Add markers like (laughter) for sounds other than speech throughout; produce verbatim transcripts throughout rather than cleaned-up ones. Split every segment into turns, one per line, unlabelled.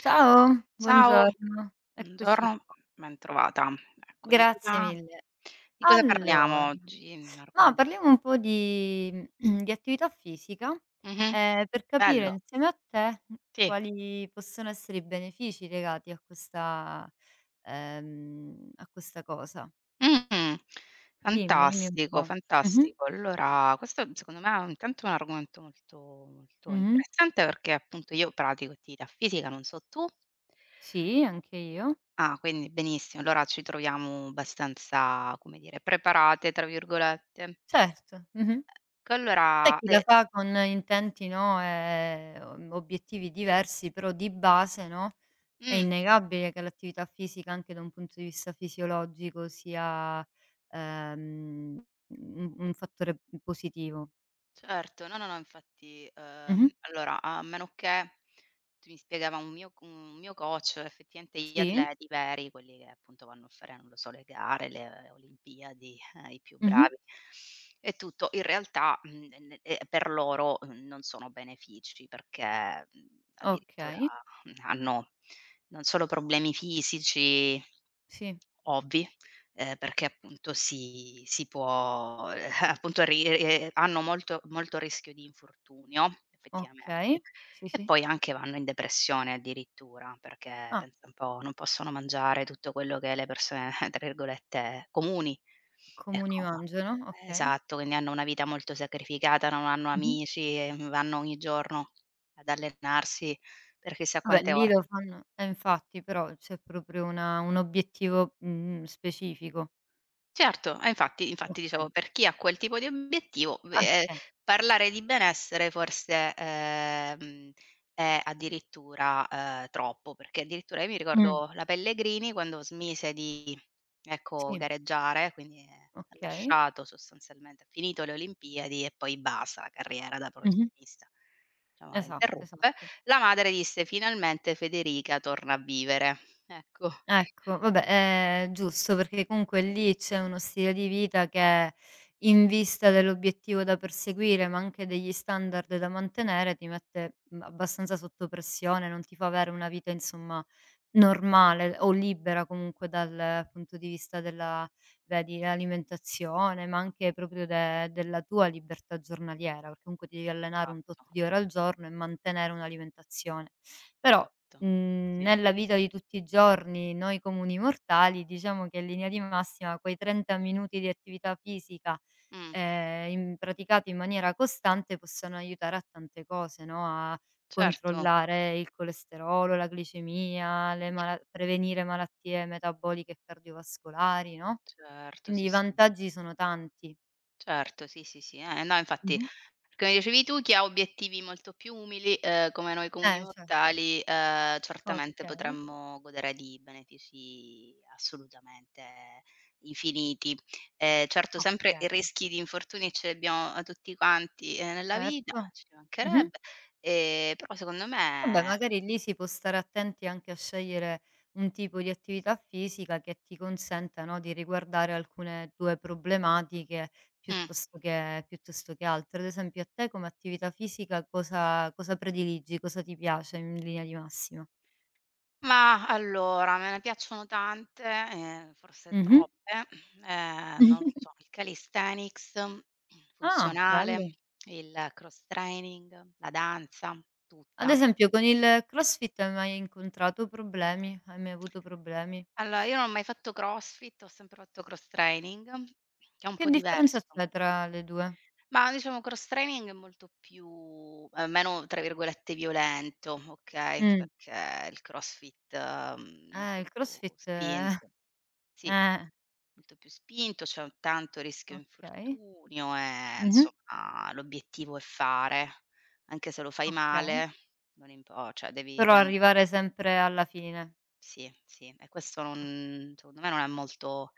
Ciao,
Ciao,
buongiorno, eccoci
buongiorno,
qua.
bentrovata. Ecco, di
Grazie
cosa
mille.
di cosa
Allora,
parliamo oggi? Un
ma parliamo
argomento.
un po' di (clears throat) di attività fisica,
Mh-mh,
ehm, per capire
bello,
insieme a te, mhmm,
sì.
quali possono essere i benefici legati a questa ehm, a questa cosa.
Mh,
Dimmi, dimmi un
fantastico,
po'. Mh-mh,
fantastico. Allora, questo secondo me è intanto un argomento molto, molto
mh-mh.
interessante perché appunto io pratico attività fisica, non so tu?
Sì, anche io.
Ah, quindi benissimo, allora ci troviamo abbastanza, come dire, "preparate" tra virgolette.
Certo, mh-mh.
Che
C'è
allora,
chi
ehm
la fa con intenti, no, ehm, obiettivi diversi, però di base, no, è
mh.
innegabile che l'attività fisica, anche da un punto di vista fisiologico, sia, ehm, un un fattore positivo.
Certo, no, no, no, infatti,
Mh-mh.
uhm, allora a meno che tu mi spiegava un mio c un mio coach, effettivamente gli
Sì.
atleti veri, quelli che appunto vanno a fare, non lo so, le gare, le Olimpiadi, eh, i più
Mh-mh.
bravi e tutto, in realtà, mhmm, e ne e per loro, mhmm, non sono benefici perché, mhmm, addirittura
Okay.
mh, hanno non solo problemi fisici
Sì.
ovvi, ehm, perché appunto si si può ehm, (laughs) appunto ri ehm, hanno molto molto rischio di infortunio, effettivamente,
Okay. Sì,
e
sì.
poi anche vanno in depressione addirittura, perché
Ah,
pensa un po', non possono mangiare tutto quello che le persone, (laughs) tra virgolette, "comuni".
comuni
Ecco, ma
mangiano, okay.
esatto, quindi hanno una vita molto sacrificata, non hanno
Mh-mh.
amici, ehm, vanno ogni giorno ad allenarsi per chissà
Vabbè,
quante
lì
ore.
lo fanno, eh, infatti, però c'è proprio una un obiettivo, mhmm, specifico.
Certo, eh infatti infatti
Okay.
dicevo, per chi ha quel tipo di obiettivo, v
Ah,
ehm,
okay.
parlare di benessere forse, ehm, è addirittura, ehm, troppo, perché addirittura io mi
Mh.
ricordo la Pellegrini quando smise di, ecco,
Sì.
gareggiare, quindi, ehm, ha
Okay.
lasciato sostanzialmente ha finito le Olimpiadi e poi basta la carriera da
Mh-mh.
professionista. Diciamo la
Esatto,
interruppe.
esatto.
La madre disse: "Finalmente Federica torna a vivere." Ecco.
Ecco, vabbè, è giusto, perché comunque lì c'è uno stile di vita che in vista dell'obiettivo da perseguire, ma anche degli standard da mantenere, ti mette, mhmm, abbastanza sotto pressione, non ti fa avere una vita, insomma, normale o libera comunque dal punto di vista della, vedi, alimentazione, ma anche proprio de della tua libertà giornaliera, perché comunque ti devi allenare un tot
Esatto,
di ore al giorno e mantenere un'alimentazione. Però,
esatto.
Mhmm,
Sì.
nella vita di tutti i giorni, noi comuni mortali, diciamo che in linea di massima quei trenta minuti di attività fisica,
Mh,
ehm, in praticati in maniera costante possono aiutare a tante cose, no, a
certo,
controllare il colesterolo, la glicemia, le mala prevenire malattie metaboliche e cardiovascolari, no,
certo,
quindi
sì,
i
sì.
vantaggi sono tanti.
Certo, sì, sì, sì. Eh, no, infatti,
Mh-mh.
come dicevi tu, chi ha obiettivi molto più umili, ehm, come noi comuni
Eh, cer
mortali, ehm, certamente
okay,
potremmo godere di benefici assolutamente infiniti. Ehm, certo
O
sempre i
okay,
rischi di infortuni ce li abbiamo a tutti quanti, ehm, nella vita,
certo.
ci
Mh-mh.
mancherebbe, ehm, però secondo
Vabbè,
me
magari lì si può stare attenti anche a scegliere un tipo di attività fisica che ti consenta, no, di riguardare alcune tue problematiche
mh.
piuttosto che piuttosto che altre. Ad esempio, a te come attività fisica cosa cosa prediligi, cosa ti piace in linea di massima?
Mah, allora, me ne piacciono tante, ehm, forse
Mh-mh.
troppe, ehm, non lo
(laughs)
so, il calisthenics,
Ah,
funzionale,
bello.
il cross training, la danza,
Ad
tutta.
esempio con il CrossFit hai mai incontrato problemi? Hai mai avuto problemi?
Allora, io non ho mai fatto CrossFit, ho sempre fatto cross training, che è un
Che
po'
differenza
diverso.
c'è tra le due?
Ma diciamo cross training è molto più ehm, meno, tra virgolette, "violento", okay,
Mh.
perché il CrossFit, mhmm,
Eh,
molto
il
più
CrossFit è.
spinto.
(laughs)
Sì.
Eh,
Molto più spinto, c'è un tanto rischio
okay.
infortunio e
Mh-mh.
insomma l'obiettivo è fare, anche se lo fai
Okay.
male, non impo cioè devi devi
Però
an
arrivare sempre alla fine.
sì, sì, e questo
Oka
non secondo me non è molto,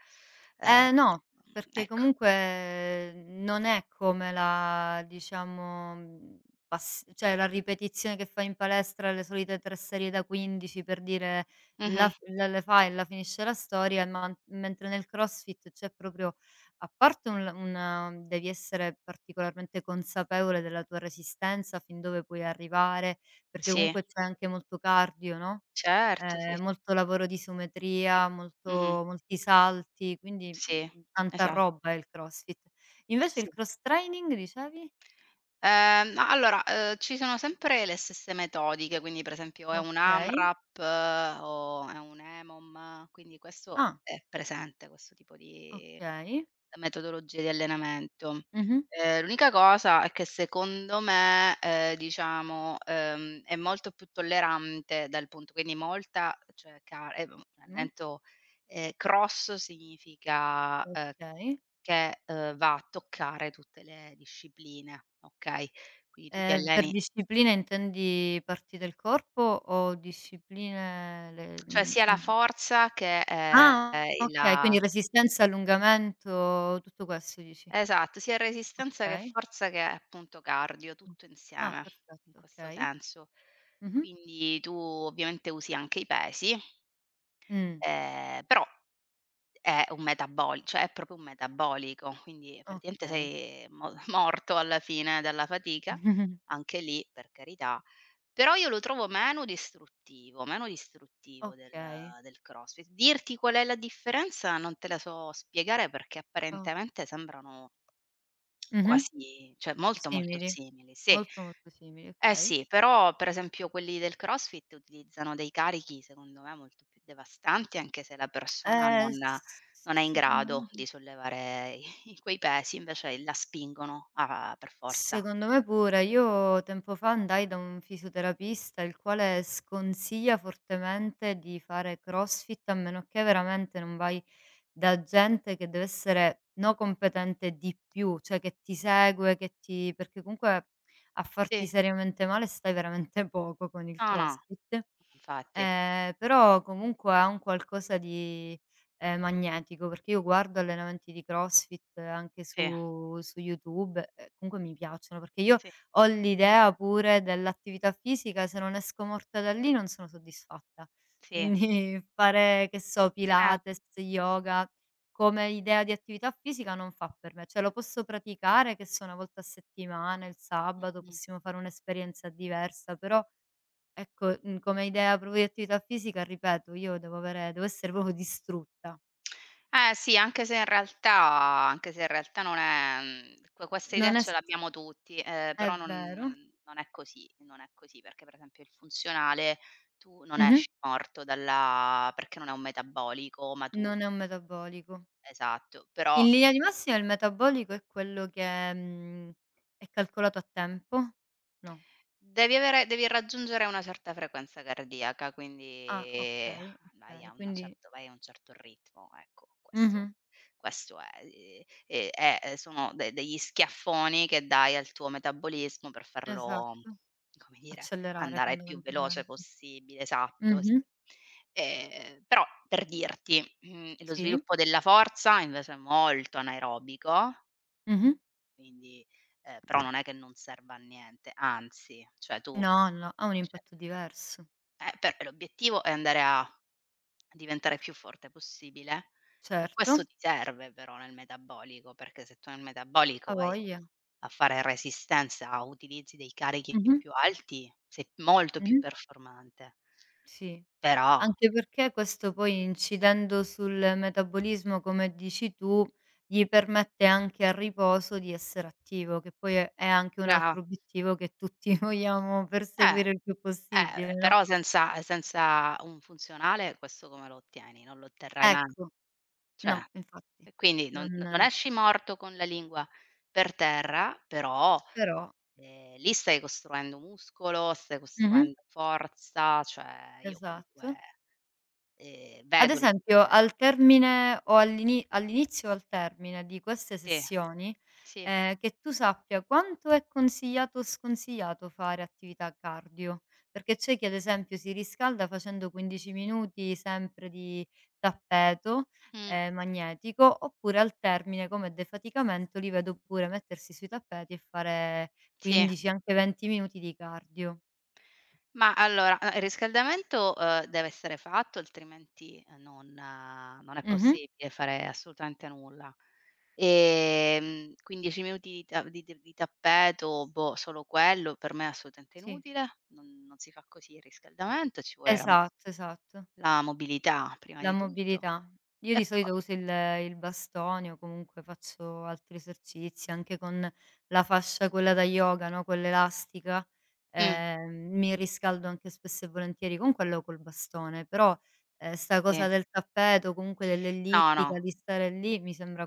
ehm,
Eh, no, perché
ecco.
comunque, mhmm, non è come la, diciamo, mhmm, pas cioè la ripetizione che fai in palestra, le solite tre serie da quindici per dire, la
Mh-mh.
f la le fai e la finisce la storia, ma mentre nel CrossFit c'è proprio, a parte un l una mhmm, devi essere particolarmente consapevole della tua resistenza, fin dove puoi arrivare, perché
Sì,
comunque c'è anche molto cardio, no?
certo, sì.
Ehm, molto lavoro di isometria,
Mh-mh.
molto molti salti, quindi,
Sì,
mhmm, tanta
esa
roba è il CrossFit. Invece il
sì.
cross training, dicevi?
Ehm, a allora, uhm, ci sono sempre le stesse metodiche, quindi per esempio è un
Okay.
AMRAP eh, o è un EMOM, quindi questo
Ah,
è presente, questo tipo di
okay.
metodologie di allenamento.
Mh-mh.
Ehm, l'unica cosa è che secondo me, ehm, diciamo, ehm, è molto più tollerante dal punto, quindi molta cioè ca ehm,
Mh.
allenamento, ehm, cross significa, uhm
Okay.
che, uhm, va a toccare tutte le discipline, okay, quindi tu ti
Ehm, per
alleni,
discipline intendi parti del corpo o discipline le
cioè
mhmm,
sia la
mhmm
forza che, ehm,
ah, okay,
la
quindi resistenza, allungamento, tutto questo dici.
esatto, sia resistenza che
Okay.
forza che appunto cardio,
Mh.
tutto
Ah,
insieme, in
perfetto,
questo
okay.
senso.
Mh-mh.
Quindi tu ovviamente usi anche i pesi,
Mh.
ehm, però è un metabol cioè è proprio un metabolico, quindi praticamente
Okay.
sei mo (laughs) morto alla fine dalla fatica,
(laughs)
anche lì per carità. Però io lo trovo meno distruttivo, meno distruttivo del
Okay,
del CrossFit. Dirti qual è la differenza non te la so spiegare perché
o
apparentemente sembrano
Mh-mh.
quasi, cioè molto, molto
Simili,
simili, sì.
molto, molto simili,
Eh
okay.
sì, però per esempio quelli del CrossFit utilizzano dei carichi secondo me molto più devastanti, anche se la persona
Ehm,
non
s
non è in
Secondo
grado
me.
di sollevare i quei pesi, invece la spingono a per forza.
Secondo me pure. Io tempo fa andai da un fisioterapista il quale sconsiglia fortemente di fare CrossFit a meno che veramente non vai da gente che deve essere, no, competente di più, cioè che ti segue, che ti perché comunque a farti
Sì,
seriamente male stai veramente (laughs) poco con il
no, no,
CrossFit.
infatti.
Ehm, però comunque ha un qualcosa di, ehm, magnetico, perché io guardo allenamenti di CrossFit, eh, anche
Sì,
su su YouTube e comunque mi piacciono, perché io
sì,
ho l'idea pure dell'attività fisica, se non esco morta da lì non sono soddisfatta.
sì,
Quindi (laughs) fare, che so,
eh.
Pilates, yoga, come idea di attività fisica non fa per me. Cioè lo posso praticare, che so, una volta a settimana, il sabato,
Mh-mh.
possiamo fare un'esperienza diversa, però ecco, mhmm, come idea proprio di attività fisica, ripeto, io devo avere devo essere proprio distrutta.
Eh sì, anche se in realtà anche se in realtà non è mhmm, que questa idea
Non è s,
ce l'abbiamo tutti, ehm,
è
però non non
vero.
non è così, non è così, perché per esempio il funzionale tu non
Mh-mh.
esci morto dalla perché non è un metabolico, ma tu,
Non è un metabolico.
esatto, però.
In linea di massima il metabolico è quello che, mhmm, è calcolato a tempo? No.
Devi avere devi raggiungere una certa frequenza cardiaca,
Ah,
quindi
okay,
vai a
okay,
una
quindi
certo vai a un certo ritmo, ecco, questo
Mh-mh.
questo è. Ehm, e è ehm, sono de degli schiaffoni che dai al tuo metabolismo per farlo,
Esatto.
come dire,
Accelerare
andare il più veloce
fondamentalmente.
possibile, esatto, sì.
Mh-mh.
Ehm, però per dirti, mhmm, lo
Sì.
sviluppo della forza invece è molto anaerobico,
Mh-mh.
quindi ehm, però non è che non serva a niente, anzi, cioè tu,
No, no, ha un
cioè,
impatto diverso.
eh, per l'obiettivo è andare a diventare più forte possibile e
Certo,
questo ti serve però nel metabolico, perché se tu nel metabolico
ha
vai
voglia.
a fare resistenza, a utilizzi dei carichi
Mh-mh.
più alti, sei molto più
Mh-mh.
performante.
Sì.
Però
Anche perché questo poi incidendo sul metabolismo, come dici tu, gli permette anche a riposo di essere attivo, che poi è è anche un
bra
altro obiettivo che tutti (laughs) vogliamo
eh,
perseguire il più possibile,
eh,
no.
però senza senza un funzionale questo come lo ottieni? Non lo otterrai mai.
Ecco,
Cioè,
no, infatti.
e quindi non
Non,
non esci morto con la lingua per terra, però.
però
Ehm, lì stai costruendo muscolo, stai
Mh-mh.
costruendo forza, cioè io comunque,
Esatto.
ehm,
Ad
vedo la
esempio
differen
al termine o all'ini all'inizio o al termine di queste
sì,
sessioni,
sì,
ehm, che tu sappia quanto è consigliato o sconsigliato fare attività cardio, perché c'è chi ad esempio si riscalda facendo quindici minuti sempre di tappeto,
mh,
ehm, magnetico, oppure al termine come defaticamento li vedo pure mettersi sui tappeti e fare
sì.
quindici, anche venti minuti di cardio.
Ma allora, uhm, il riscaldamento, uhm, deve essere fatto altrimenti, ehm, non eh, non è
Mh-mh.
possibile fare assolutamente nulla. Ehm, quindici minuti di ta di di di tappeto, boh, solo quello per me è assolutamente
Sì.
inutile, non non si fa così il riscaldamento, ci vuole la
Esatto, esatto.
la mobilità prima
La
di tutto.
mobilità. Io
E
di
po
solito uso il il bastone o comunque faccio altri esercizi, anche con la fascia quella da yoga, no, quella elastica,
Mh,
ehm, mi riscaldo anche spesso e volentieri con quello o col bastone, però, ehm, 'sta
sì.
cosa del tappeto, comunque
No, no.
dell'ellittica, di stare lì, mi sembra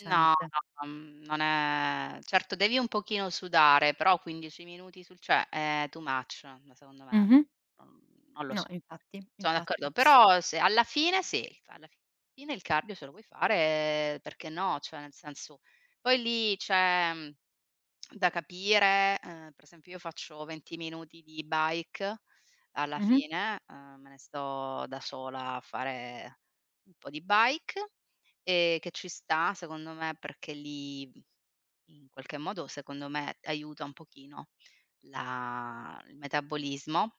No, no, mhmm, non è certo devi un pochino sudare, però quindici minuti sul, cioè è too much, n secondo me.
Mh-mh.
Mhmm, non lo
No,
so,
infatti,
sono
infatti.
d'accordo, però se alla fine, sì, alla fine il cardio se lo vuoi fare perché no, cioè nel senso poi lì c'è, mhmm, da capire, ehm, per esempio io faccio venti minuti di bike, alla
Mh-mh.
fine, ehm, me ne sto da sola a fare un po' di bike, ehm, che ci sta secondo me perché lì, in qualche modo, secondo me, aiuta un pochino la il metabolismo.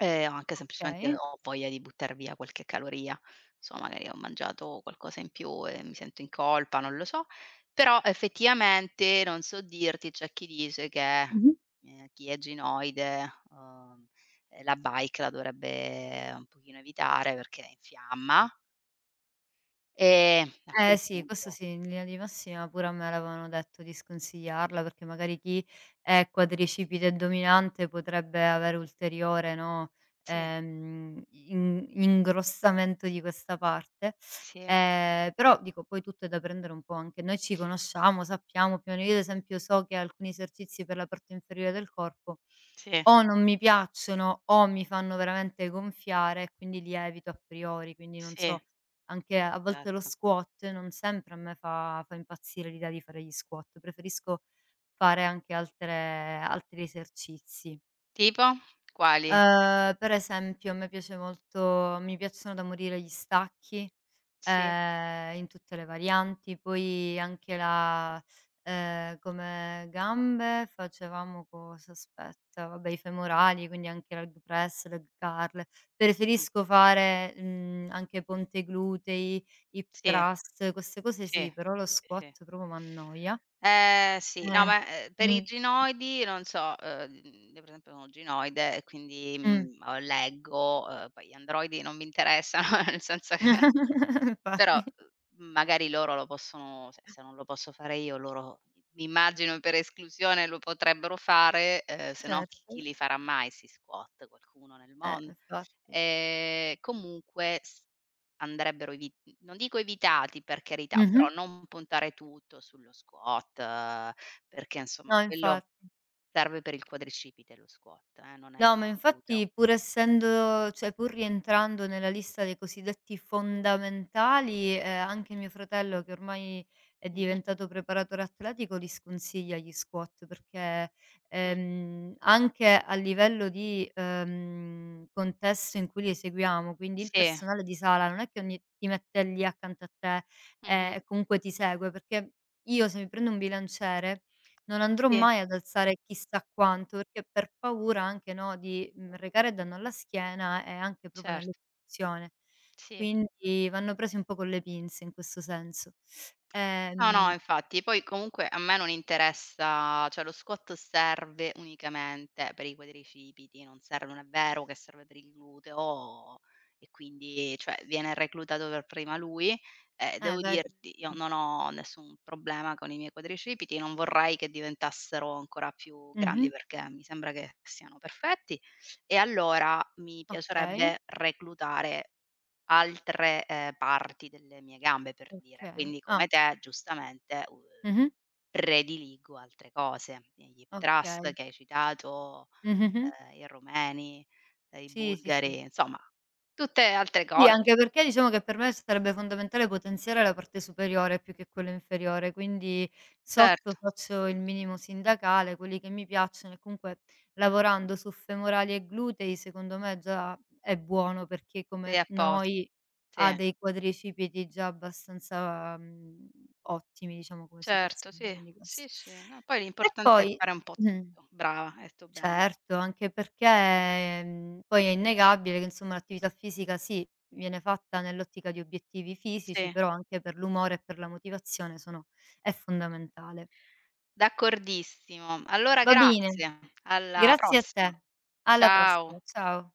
Ehm, o anche semplicemente
Okay.
ho voglia di buttar via qualche caloria. Insomma, magari ho mangiato qualcosa in più e mi sento in colpa, non lo so. Però effettivamente non so dirti, c'è chi dice che,
Mh-mh.
ehm, chi è ginoide, uhm, ehm, eh, la bike la dovrebbe un pochino evitare perché infiamma, ehm, a quel
Eh sì, questo
punto
sì, in linea di massima pure a me l'avevano detto di sconsigliarla, perché magari chi è quadricipite e dominante potrebbe avere ulteriore, no,
sì,
ehm, in ingrossamento di questa parte.
sì,
Ehm, però dico, poi tutto è da prendere un po', anche noi ci conosciamo, sappiamo più o meno. Io ad esempio so che alcuni esercizi per la parte inferiore del corpo
sì,
o non mi piacciono o mi fanno veramente gonfiare e quindi li evito a priori, quindi non
sì,
so, anche a volte lo
esatto.
squat, non sempre a me fa fa impazzire l'idea di fare gli squat, preferisco fare anche altre altri esercizi.
Tipo? Quali?
Ehm, per esempio a me piace molto mi piacciono da morire gli stacchi,
Sì,
ehm, in tutte le varianti, poi anche la, ehm, come gambe facevamo cosa, aspetta, vabbè i femorali, quindi anche leg press, leg curl.
mh-mh,
Preferisco fare, mhmm, anche ponte glutei, hip
sì,
thrust, queste cose
sì,
sì, però lo
sì.
squat proprio m'annoia.
Eh sì, no
Eh.
ma, ehm, per i
Mh,
ginoidi non so, uhm, mhmm, io per esempio sono ginoide e quindi,
mh.
mhmm, uhm, leggo, uhm, poi gli androidi non mi interessano, (laughs) nel senso che,
(laughs)
però,
Infatti,
uhm, magari loro lo possono, se se non lo posso fare io, loro, mi immagino per esclusione, lo potrebbero fare, ehm, se no chi
certo.
chi li farà mai sti squat? Qualcuno nel
Eh,
mondo.
infatti.
Ehm, comunque s andrebbero evi non dico evitati per carità, però
Mh-mh.
non puntare tutto sullo squat, perché insomma
No,
quello
infatti.
serve per il quadricipite lo squat, eh, non è
No, ma
gluteo.
infatti, pur essendo cioè pur rientrando nella lista dei cosiddetti fondamentali, ehm, anche mio fratello che ormai è
Mh-mh.
diventato preparatore atletico li sconsiglia gli squat perché,
Mh.
ehm, anche a livello di, ehm, contesto in cui li eseguiamo, quindi il
Sì.
personale di sala non è che ogni ti mette lì accanto a te, eh,
Mh-mh.
e comunque ti segue, perché io se mi prendo un bilanciere non andrò
Sì,
mai ad alzare chissà quanto, perché per paura anche, no, di, mhmm, recare danno alla schiena e anche proprio
certo.
nell'esecuzione.
Sì.
Quindi vanno presi un po' con le pinze in questo senso.
No, no,
Ehm
infatti. Poi comunque a me non interessa, cioè lo squat serve unicamente per i quadricipiti, non serve non è vero che serve per il gluteo e quindi, cioè, viene reclutato per prima lui. E
eh
devo
Vedi.
dirti, io non ho nessun problema con i miei quadricipiti, non vorrei che diventassero ancora più grandi
Mh-mh.
perché mi sembra che siano perfetti e allora mi
Okay,
piacerebbe reclutare altre, ehm, parti delle mie gambe, per dire.
okay.
Quindi come
Ah.
te, giustamente, u uhm,
Mh-mh.
prediligo altre cose. Gli hip thrust
Okay.
che hai citato,
Mh-mh-mh.
ehm, i rumeni, ehm, i
Sì, sì, sì.
bulgari, insomma tutte altre
Sì,
cose.
anche perché diciamo che per me sarebbe fondamentale potenziare la parte superiore più che quella inferiore, quindi sotto
Certo,
faccio il minimo sindacale, quelli che mi piacciono e comunque lavorando su femorali e glutei secondo me già è buono, perché
sei
come
a pos
noi
sì,
ha dei quadricipiti già abbastanza, mhmm, ottimi diciamo come
certo,
situazione,
sì.
quindi
Sì,
questo.
sì. No, poi
E
l'importante è
poi
fare un po'
mh.
tutto. Brava, hai detto bene.
Certo, anche perché, mhmm, poi è innegabile che, insomma, l'attività fisica sì, viene fatta nell'ottica di obiettivi fisici,
Sì,
però anche per l'umore e per la motivazione sono è fondamentale.
d'accordissimo. Allora
Va bene,
grazie, alla
grazie a
prossima.
te. Alla prossima,
Ciao.
ciao.